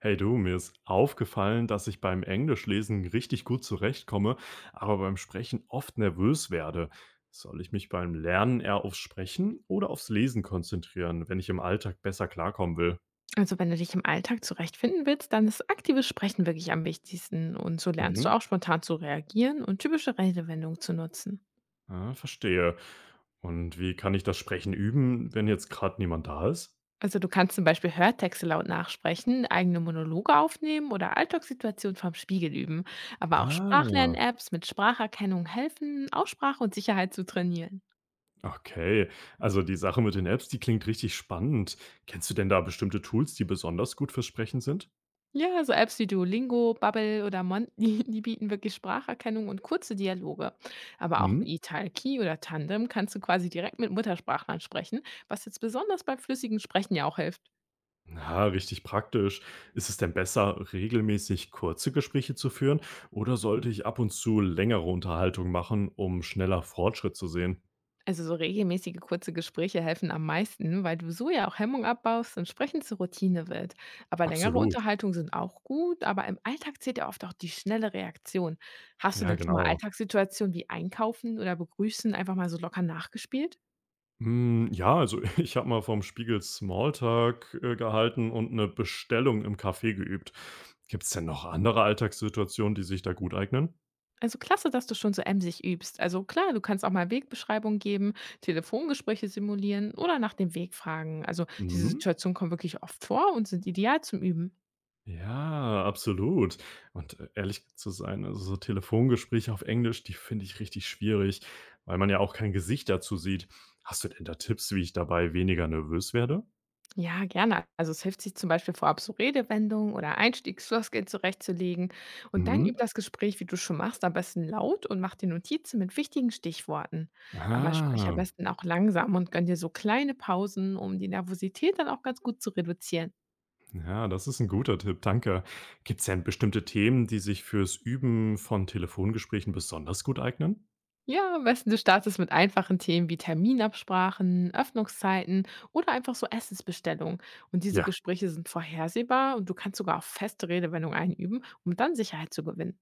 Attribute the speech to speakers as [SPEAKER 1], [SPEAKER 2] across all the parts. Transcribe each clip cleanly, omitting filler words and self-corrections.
[SPEAKER 1] Hey du, mir ist aufgefallen, dass ich beim Englischlesen richtig gut zurechtkomme, aber beim Sprechen oft nervös werde. Soll ich mich beim Lernen eher aufs Sprechen oder aufs Lesen konzentrieren, wenn ich im Alltag besser klarkommen will?
[SPEAKER 2] Also, wenn du dich im Alltag zurechtfinden willst, dann ist aktives Sprechen wirklich am wichtigsten und so lernst du
[SPEAKER 1] Mhm.
[SPEAKER 2] auch spontan zu reagieren und typische Redewendungen zu nutzen.
[SPEAKER 1] Ah, verstehe. Und wie kann ich das Sprechen üben, wenn jetzt gerade niemand da ist?
[SPEAKER 2] Also du kannst zum Beispiel Hörtexte laut nachsprechen, eigene Monologe aufnehmen oder Alltagssituationen vom Spiegel üben. Aber auch
[SPEAKER 1] Ah,
[SPEAKER 2] Sprachlern-Apps mit Spracherkennung helfen, Aussprache und Sicherheit zu trainieren.
[SPEAKER 1] okay. Also die Sache mit den Apps, die klingt richtig spannend. Kennst du denn da bestimmte Tools, die besonders gut fürs Sprechen sind?
[SPEAKER 2] Ja, so Apps wie Duolingo, Babbel oder Mondly, die bieten wirklich Spracherkennung und kurze Dialoge. Aber auch
[SPEAKER 1] Mhm.
[SPEAKER 2] mit Italki oder Tandem kannst du quasi direkt mit Muttersprachlern sprechen, was jetzt besonders beim flüssigen Sprechen ja auch hilft.
[SPEAKER 1] Na, richtig praktisch. Ist es denn besser, regelmäßig kurze Gespräche zu führen oder sollte ich ab und zu längere Unterhaltung machen, um schneller Fortschritt zu sehen?
[SPEAKER 2] Also so regelmäßige kurze Gespräche helfen am meisten, weil du so ja auch Hemmung abbaust und Sprechen zur Routine wird. Aber längere
[SPEAKER 1] Absolut.
[SPEAKER 2] Unterhaltungen sind auch gut, aber im Alltag zählt ja oft auch die schnelle Reaktion. Hast du
[SPEAKER 1] Ja,
[SPEAKER 2] denn schon mal
[SPEAKER 1] genau.
[SPEAKER 2] Alltagssituationen wie Einkaufen oder Begrüßen einfach mal so locker nachgespielt?
[SPEAKER 1] Hm, ja, also ich habe mal vom Spiegel Smalltalk gehalten und eine Bestellung im Café geübt. Gibt es denn noch andere Alltagssituationen, die sich da gut eignen?
[SPEAKER 2] Also klasse, dass du schon so emsig übst. Also klar, du kannst auch mal Wegbeschreibungen geben, Telefongespräche simulieren oder nach dem Weg fragen. Also diese
[SPEAKER 1] Mhm.
[SPEAKER 2] Situationen kommen wirklich oft vor und sind ideal zum Üben.
[SPEAKER 1] Ja, absolut. Und, ehrlich zu sein, also, so Telefongespräche auf Englisch, die finde ich richtig schwierig, weil man ja auch kein Gesicht dazu sieht. Hast du denn da Tipps, wie ich dabei weniger nervös werde?
[SPEAKER 2] Ja, gerne. Also es hilft sich zum Beispiel vorab so Redewendungen oder Einstiegsfloskeln zurechtzulegen. Und dann übt
[SPEAKER 1] Mhm.
[SPEAKER 2] das Gespräch, wie du schon machst, am besten laut und mach dir Notizen mit wichtigen Stichworten. Aber sprich am
[SPEAKER 1] Ah,
[SPEAKER 2] besten auch langsam und gönn dir so kleine Pausen, um die Nervosität dann auch ganz gut zu reduzieren.
[SPEAKER 1] ja, das ist ein guter Tipp, danke. Gibt es denn bestimmte Themen, die sich fürs Üben von Telefongesprächen besonders gut eignen?
[SPEAKER 2] Ja, am besten du startest mit einfachen Themen wie Terminabsprachen, Öffnungszeiten oder einfach so Essensbestellungen. Und diese
[SPEAKER 1] Ja,
[SPEAKER 2] Gespräche sind vorhersehbar und du kannst sogar auch feste Redewendungen einüben, um dann Sicherheit zu gewinnen.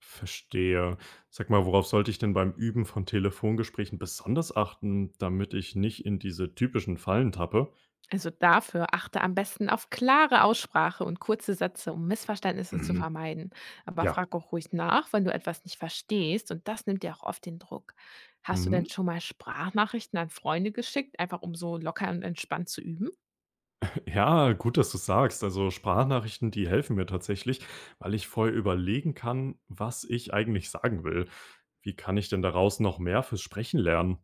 [SPEAKER 1] verstehe. Sag mal, worauf sollte ich denn beim Üben von Telefongesprächen besonders achten, damit ich nicht in diese typischen Fallen tappe?
[SPEAKER 2] Also dafür achte am besten auf klare Aussprache und kurze Sätze, um Missverständnisse zu
[SPEAKER 1] Mhm.
[SPEAKER 2] vermeiden. Aber
[SPEAKER 1] Ja.
[SPEAKER 2] frag auch ruhig nach, wenn du etwas nicht verstehst und das nimmt dir auch oft den Druck. Hast du denn
[SPEAKER 1] Mhm.
[SPEAKER 2] schon mal Sprachnachrichten an Freunde geschickt, einfach um so locker und entspannt zu üben?
[SPEAKER 1] Ja, gut, dass du sagst. Also, Sprachnachrichten, die helfen mir tatsächlich, weil ich vorher überlegen kann, was ich eigentlich sagen will. Wie kann ich denn daraus noch mehr fürs Sprechen lernen?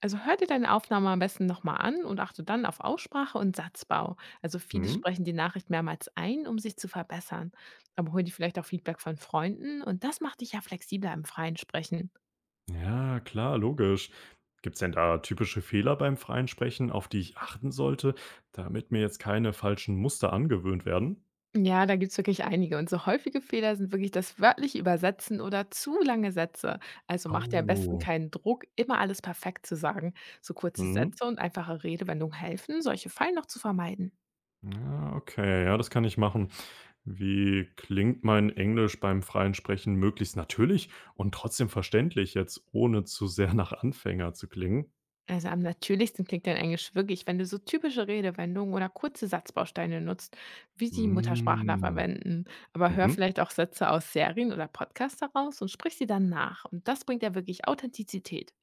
[SPEAKER 2] Also hör dir deine Aufnahme am besten nochmal an und achte dann auf Aussprache und Satzbau. Also viele
[SPEAKER 1] Mhm.
[SPEAKER 2] sprechen die Nachricht mehrmals ein, um sich zu verbessern. Aber hol dir vielleicht auch Feedback von Freunden und das macht dich ja flexibler im freien Sprechen.
[SPEAKER 1] Ja, klar, logisch. Gibt's denn da typische Fehler beim freien Sprechen, auf die ich achten sollte, damit mir jetzt keine falschen Muster angewöhnt werden?
[SPEAKER 2] Ja, da gibt's wirklich einige. Und so häufige Fehler sind wirklich das wörtliche Übersetzen oder zu lange Sätze. Also mach dir am besten
[SPEAKER 1] Oh.
[SPEAKER 2] keinen Druck, immer alles perfekt zu sagen. So kurze
[SPEAKER 1] Mhm.
[SPEAKER 2] Sätze und einfache Redewendungen helfen, solche Fallen noch zu vermeiden.
[SPEAKER 1] Ja, okay, ja, ja, das kann ich machen. Wie klingt mein Englisch beim freien Sprechen möglichst natürlich und trotzdem verständlich, jetzt ohne zu sehr nach Anfänger zu klingen?
[SPEAKER 2] Also am natürlichsten klingt dann Englisch wirklich, wenn du so typische Redewendungen oder kurze Satzbausteine nutzt, wie sie Muttersprachler
[SPEAKER 1] Hm,
[SPEAKER 2] verwenden. Aber hör
[SPEAKER 1] mhm,
[SPEAKER 2] vielleicht auch Sätze aus Serien oder Podcasts heraus und sprich sie dann nach. Und das bringt ja wirklich Authentizität.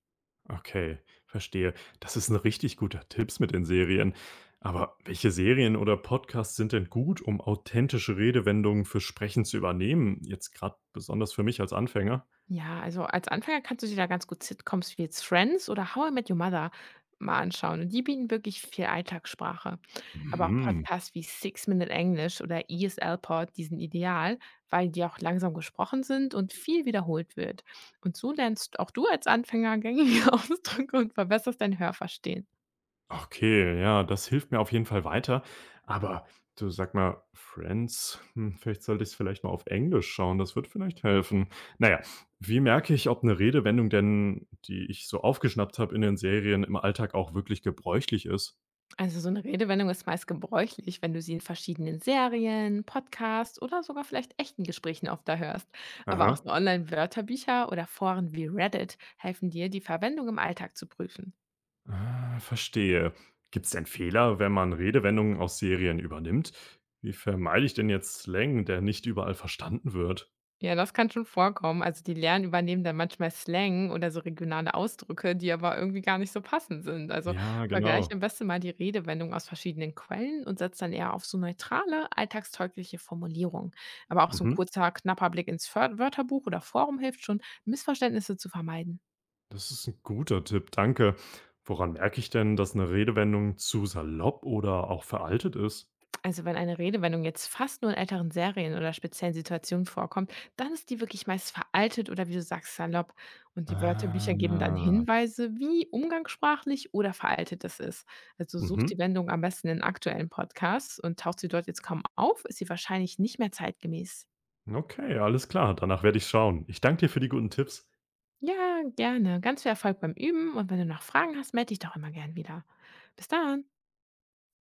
[SPEAKER 1] okay, verstehe. Das ist ein richtig guter Tipps mit den Serien. Aber welche Serien oder Podcasts sind denn gut, um authentische Redewendungen für Sprechen zu übernehmen? Jetzt gerade besonders für mich als Anfänger.
[SPEAKER 2] Ja, also als Anfänger kannst du dir da ganz gut Sitcoms wie jetzt Friends oder How I Met Your Mother mal anschauen. Und die bieten wirklich viel Alltagssprache. Aber auch
[SPEAKER 1] Mhm.
[SPEAKER 2] Podcasts wie Six Minute English oder ESL Pod, die sind ideal, weil die auch langsam gesprochen sind und viel wiederholt wird. Und so lernst auch du als Anfänger gängige Ausdrücke und verbesserst dein Hörverstehen.
[SPEAKER 1] Okay, ja, das hilft mir auf jeden Fall weiter. Aber du sag mal, Friends, hm, vielleicht sollte ich es vielleicht mal auf Englisch schauen, das wird vielleicht helfen. Naja, wie merke ich, ob eine Redewendung denn, die ich so aufgeschnappt habe in den Serien, im Alltag auch wirklich gebräuchlich ist?
[SPEAKER 2] Also so eine Redewendung ist meist gebräuchlich, wenn du sie in verschiedenen Serien, Podcasts oder sogar vielleicht echten Gesprächen oft da hörst. Aber auch
[SPEAKER 1] Aha.
[SPEAKER 2] so Online-Wörterbücher oder Foren wie Reddit helfen dir, die Verwendung im Alltag zu prüfen.
[SPEAKER 1] Ah, verstehe. Gibt es denn Fehler, wenn man Redewendungen aus Serien übernimmt? Wie vermeide ich denn jetzt Slang, der nicht überall verstanden wird?
[SPEAKER 2] Ja, das kann schon vorkommen. Also die Lernen übernehmen dann manchmal Slang oder so regionale Ausdrücke, die aber irgendwie gar nicht so passend sind. Also
[SPEAKER 1] Ja,
[SPEAKER 2] vergleich am
[SPEAKER 1] genau.
[SPEAKER 2] besten mal die Redewendung aus verschiedenen Quellen und setz dann eher auf so neutrale, alltagstaugliche Formulierungen. Aber auch so ein
[SPEAKER 1] Mhm.
[SPEAKER 2] kurzer, knapper Blick ins Föhr- Wörterbuch oder Forum hilft schon, Missverständnisse zu vermeiden.
[SPEAKER 1] Das ist ein guter Tipp, danke. Woran merke ich denn, dass eine Redewendung zu salopp oder auch veraltet ist?
[SPEAKER 2] Also wenn eine Redewendung jetzt fast nur in älteren Serien oder speziellen Situationen vorkommt, dann ist die wirklich meist veraltet oder wie du sagst, salopp. Und die Wörterbücher geben dann
[SPEAKER 1] Ah.
[SPEAKER 2] Hinweise, wie umgangssprachlich oder veraltet es ist. Also sucht
[SPEAKER 1] Mhm.
[SPEAKER 2] die Wendung am besten in aktuellen Podcasts und taucht sie dort jetzt kaum auf, ist sie wahrscheinlich nicht mehr zeitgemäß.
[SPEAKER 1] Okay, alles klar. Danach werde ich schauen. Ich danke dir für die guten Tipps.
[SPEAKER 2] Ja, gerne. Ganz viel Erfolg beim Üben und wenn du noch Fragen hast, melde dich doch immer gern wieder. Bis dann.